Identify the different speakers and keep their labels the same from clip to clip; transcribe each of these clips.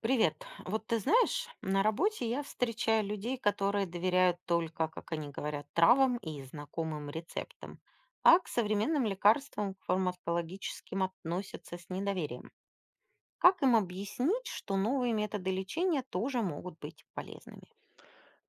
Speaker 1: Привет. Вот ты знаешь, на работе я встречаю людей, которые доверяют только, как они говорят, травам и знакомым рецептам, а к современным лекарствам, к фармакологическим относятся с недоверием. Как им объяснить, что новые методы лечения тоже могут быть полезными?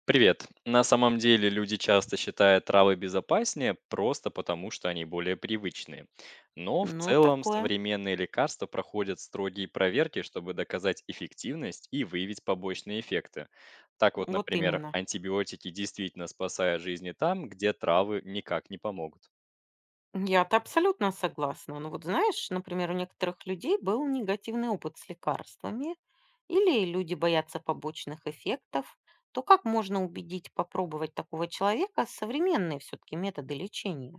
Speaker 2: Привет. На самом деле люди часто считают травы безопаснее просто потому, что они более привычные. Но в
Speaker 1: Ну,
Speaker 2: целом
Speaker 1: такое.
Speaker 2: современные лекарства проходят строгие проверки, чтобы доказать эффективность и выявить побочные эффекты. Так вот,
Speaker 1: Вот
Speaker 2: например,
Speaker 1: именно.
Speaker 2: антибиотики действительно спасают жизни там, где травы никак не помогут.
Speaker 1: Я-то абсолютно согласна. Но вот знаешь, например, у некоторых людей был негативный опыт с лекарствами, или люди боятся побочных эффектов, то как можно убедить попробовать такого человека современные все-таки методы лечения?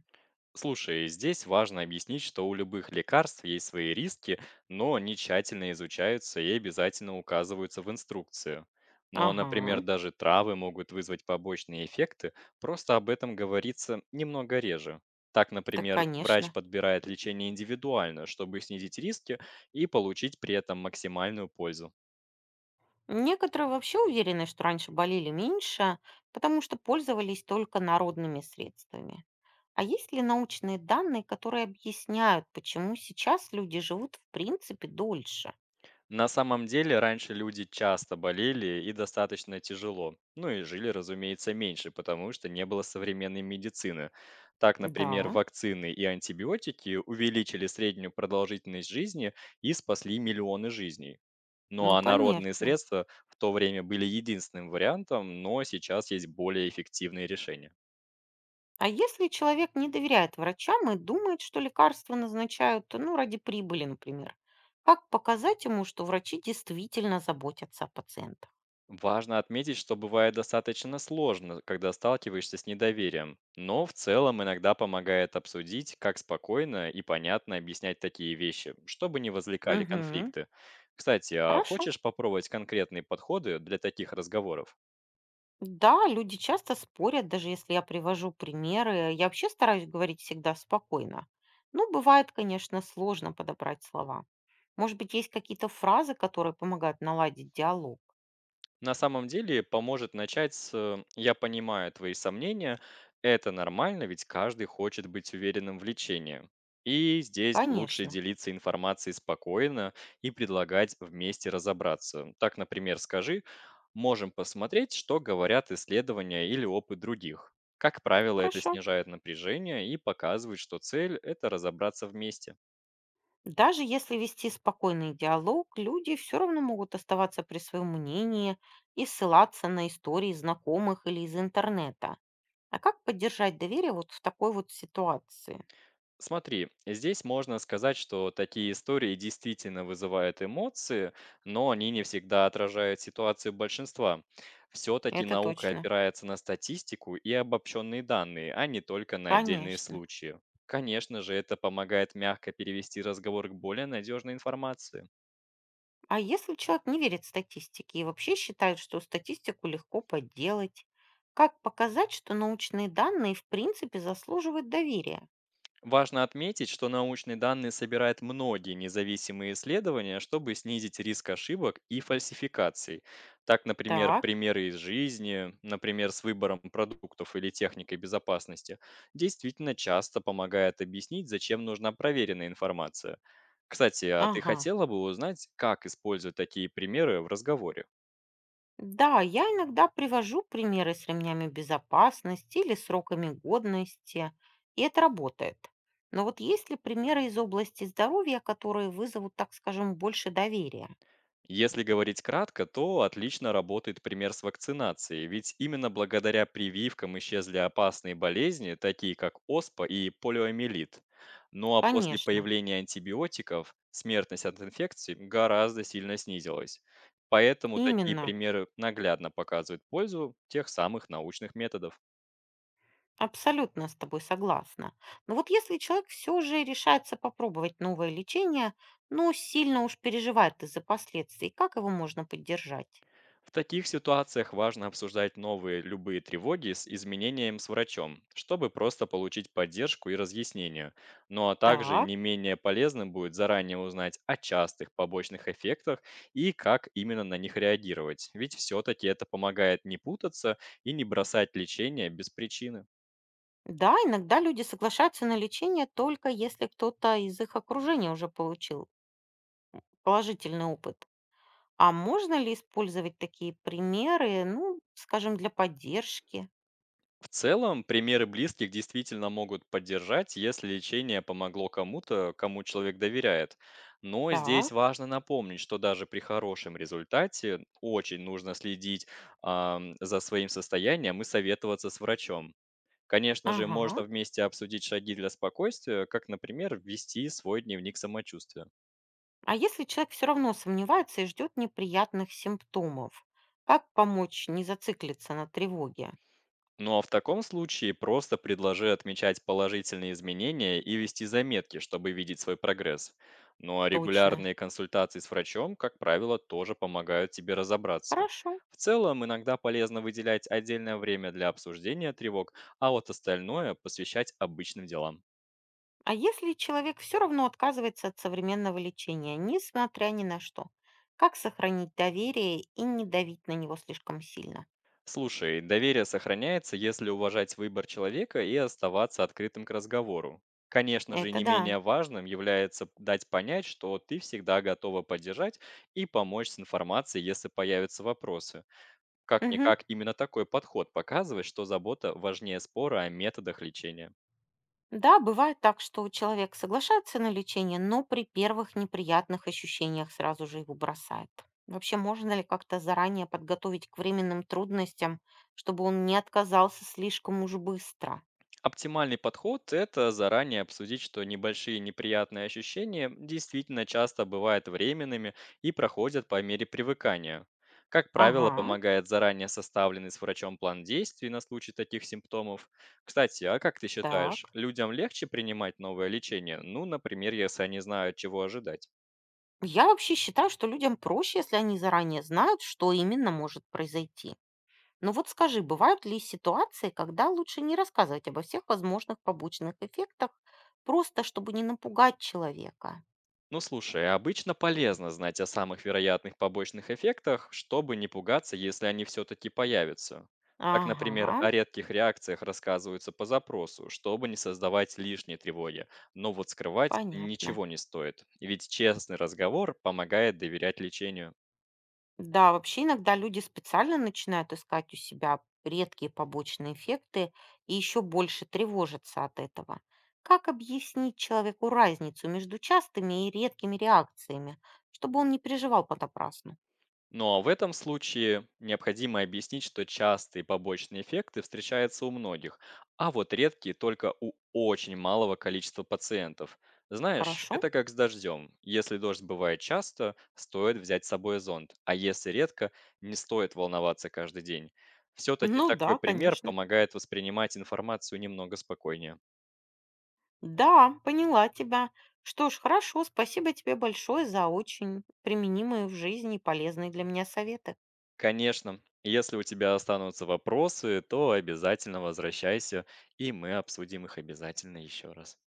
Speaker 2: Слушай, здесь важно объяснить, что у любых лекарств есть свои риски, но они тщательно изучаются и обязательно указываются в инструкцию. Но, например,
Speaker 1: Ага,
Speaker 2: даже травы могут вызвать побочные эффекты, просто об этом говорится немного реже. Так,
Speaker 1: так
Speaker 2: например, врач
Speaker 1: конечно.
Speaker 2: подбирает лечение индивидуально, чтобы снизить риски и получить при этом максимальную пользу.
Speaker 1: Некоторые вообще уверены, что раньше болели меньше, потому что пользовались только народными средствами. А есть ли научные данные, которые объясняют, почему сейчас люди живут в принципе дольше?
Speaker 2: На самом деле, раньше люди часто болели и достаточно тяжело. Ну и жили, разумеется, меньше, потому что не было современной медицины. Так, например,
Speaker 1: Да.
Speaker 2: вакцины и антибиотики увеличили среднюю продолжительность жизни и спасли миллионы жизней. Ну
Speaker 1: Ну,
Speaker 2: а народные
Speaker 1: конечно.
Speaker 2: средства в то время были единственным вариантом, но сейчас есть более эффективные решения.
Speaker 1: А если человек не доверяет врачам и думает, что лекарства назначают, ну, ради прибыли, например, как показать ему, что врачи действительно заботятся о пациентах?
Speaker 2: Важно отметить, что бывает достаточно сложно, когда сталкиваешься с недоверием, но в целом иногда помогает обсудить, как спокойно и понятно объяснять такие вещи, чтобы не возникали
Speaker 1: Угу,
Speaker 2: конфликты. Кстати, а
Speaker 1: хорошо.
Speaker 2: хочешь попробовать конкретные подходы для таких разговоров?
Speaker 1: Да, люди часто спорят, даже если я привожу примеры. Я вообще стараюсь говорить всегда спокойно. Ну, бывает, конечно, сложно подобрать слова. Может быть, есть какие-то фразы, которые помогают наладить диалог?
Speaker 2: На самом деле поможет начать с «я понимаю твои сомнения, это нормально, ведь каждый хочет быть уверенным в лечении». И здесь лучше
Speaker 1: Конечно.
Speaker 2: делиться информацией спокойно и предлагать вместе разобраться. Так, например, скажи, можем посмотреть, что говорят исследования или опыт других. Как правило, это
Speaker 1: Хорошо.
Speaker 2: снижает напряжение и показывает, что цель – это разобраться вместе.
Speaker 1: Даже если вести спокойный диалог, люди все равно могут оставаться при своем мнении и ссылаться на истории знакомых или из интернета. А как поддержать доверие вот в такой вот ситуации?
Speaker 2: Смотри, здесь можно сказать, что такие истории действительно вызывают эмоции, но они не всегда отражают ситуацию большинства. Все-таки
Speaker 1: Это
Speaker 2: наука
Speaker 1: точно.
Speaker 2: опирается на статистику и обобщенные данные, а не только на отдельные
Speaker 1: Конечно.
Speaker 2: случаи. Конечно же, это помогает мягко перевести разговор к более надежной информации.
Speaker 1: А если человек не верит статистике и вообще считает, что статистику легко подделать, как показать, что научные данные в принципе заслуживают доверия?
Speaker 2: Важно отметить, что научные данные собирают многие независимые исследования, чтобы снизить риск ошибок и фальсификаций. Так, например,
Speaker 1: Так,
Speaker 2: примеры из жизни, например, с выбором продуктов или техникой безопасности, действительно часто помогает объяснить, зачем нужна проверенная информация. Кстати, а ты
Speaker 1: ага.
Speaker 2: хотела бы узнать, как использовать такие примеры в разговоре?
Speaker 1: Да, я иногда привожу примеры с ремнями безопасности или сроками годности, и это работает. Но вот есть ли примеры из области здоровья, которые вызовут, так скажем, больше доверия?
Speaker 2: Если говорить кратко, то отлично работает пример с вакцинацией, ведь именно благодаря прививкам исчезли опасные болезни, такие как оспа и полиомиелит. Ну а после
Speaker 1: Конечно,
Speaker 2: появления антибиотиков смертность от инфекций гораздо сильно снизилась. Поэтому такие
Speaker 1: именно.
Speaker 2: примеры наглядно показывают пользу тех самых научных методов.
Speaker 1: Абсолютно с тобой согласна. Но вот если человек все же решается попробовать новое лечение, но сильно уж переживает из-за последствий, как его можно поддержать?
Speaker 2: В таких ситуациях важно обсуждать новые любые тревоги с изменением с врачом, чтобы просто получить поддержку и разъяснение. Ну а также
Speaker 1: Так.
Speaker 2: не менее полезным будет заранее узнать о частых побочных эффектах и как именно на них реагировать, ведь все-таки это помогает не путаться и не бросать лечение без причины.
Speaker 1: Да, иногда люди соглашаются на лечение только если кто-то из их окружения уже получил положительный опыт. А можно ли использовать такие примеры, ну, скажем, для поддержки?
Speaker 2: В целом, примеры близких действительно могут поддержать, если лечение помогло кому-то, кому человек доверяет. Но здесь
Speaker 1: Так,
Speaker 2: важно напомнить, что даже при хорошем результате очень нужно следить за своим состоянием и советоваться с врачом. Конечно же,
Speaker 1: ага.
Speaker 2: можно вместе обсудить шаги для спокойствия, как, например, ввести свой дневник самочувствия.
Speaker 1: А если человек все равно сомневается и ждет неприятных симптомов, как помочь не зациклиться на тревоге?
Speaker 2: Ну а в таком случае просто предложи отмечать положительные изменения и вести заметки, чтобы видеть свой прогресс. Ну а
Speaker 1: Точно.
Speaker 2: регулярные консультации с врачом, как правило, тоже помогают тебе разобраться.
Speaker 1: Хорошо.
Speaker 2: В целом, иногда полезно выделять отдельное время для обсуждения тревог, а вот остальное посвящать обычным делам.
Speaker 1: А если человек все равно отказывается от современного лечения, несмотря ни на что, как сохранить доверие и не давить на него слишком сильно?
Speaker 2: Слушай, доверие сохраняется, если уважать выбор человека и оставаться открытым к разговору. Конечно же, не
Speaker 1: Это да.
Speaker 2: менее важным является дать понять, что ты всегда готова поддержать и помочь с информацией, если появятся вопросы.
Speaker 1: Мгм.
Speaker 2: Как-никак, именно такой подход показывает, что забота важнее спора о методах лечения.
Speaker 1: Да, бывает так, что человек соглашается на лечение, но при первых неприятных ощущениях сразу же его бросает. Вообще, можно ли как-то заранее подготовить к временным трудностям, чтобы он не отказался слишком уж быстро?
Speaker 2: Оптимальный подход – это заранее обсудить, что небольшие неприятные ощущения действительно часто бывают временными и проходят по мере привыкания. Как правило,
Speaker 1: Ага,
Speaker 2: помогает заранее составленный с врачом план действий на случай таких симптомов. Кстати, а как ты
Speaker 1: так.
Speaker 2: считаешь, людям легче принимать новое лечение? Ну, например, если они знают, чего ожидать.
Speaker 1: Я вообще считаю, что людям проще, если они заранее знают, что именно может произойти. Но вот скажи, бывают ли ситуации, когда лучше не рассказывать обо всех возможных побочных эффектах, просто чтобы не напугать человека?
Speaker 2: Ну слушай, обычно полезно знать о самых вероятных побочных эффектах, чтобы не пугаться, если они все-таки появятся. Так, например,
Speaker 1: Ага,
Speaker 2: о редких реакциях рассказываются по запросу, чтобы не создавать лишней тревоги. Но вот скрывать
Speaker 1: понятно.
Speaker 2: ничего не стоит, ведь честный разговор помогает доверять лечению.
Speaker 1: Да, вообще иногда люди специально начинают искать у себя редкие побочные эффекты и еще больше тревожатся от этого. Как объяснить человеку разницу между частыми и редкими реакциями, чтобы он не переживал понапрасну?
Speaker 2: Но в этом случае необходимо объяснить, что частые побочные эффекты встречаются у многих, а вот редкие только у очень малого количества пациентов. Знаешь,
Speaker 1: Хорошо.
Speaker 2: это как с дождем. Если дождь бывает часто, стоит взять с собой зонт, а если редко, не стоит волноваться каждый день. Все-таки
Speaker 1: Ну
Speaker 2: такой
Speaker 1: да,
Speaker 2: пример
Speaker 1: конечно.
Speaker 2: помогает воспринимать информацию немного спокойнее.
Speaker 1: Да, поняла тебя. Что ж, хорошо, спасибо тебе большое за очень применимые в жизни и полезные для меня советы.
Speaker 2: Конечно, если у тебя останутся вопросы, то обязательно возвращайся, и мы обсудим их обязательно еще раз.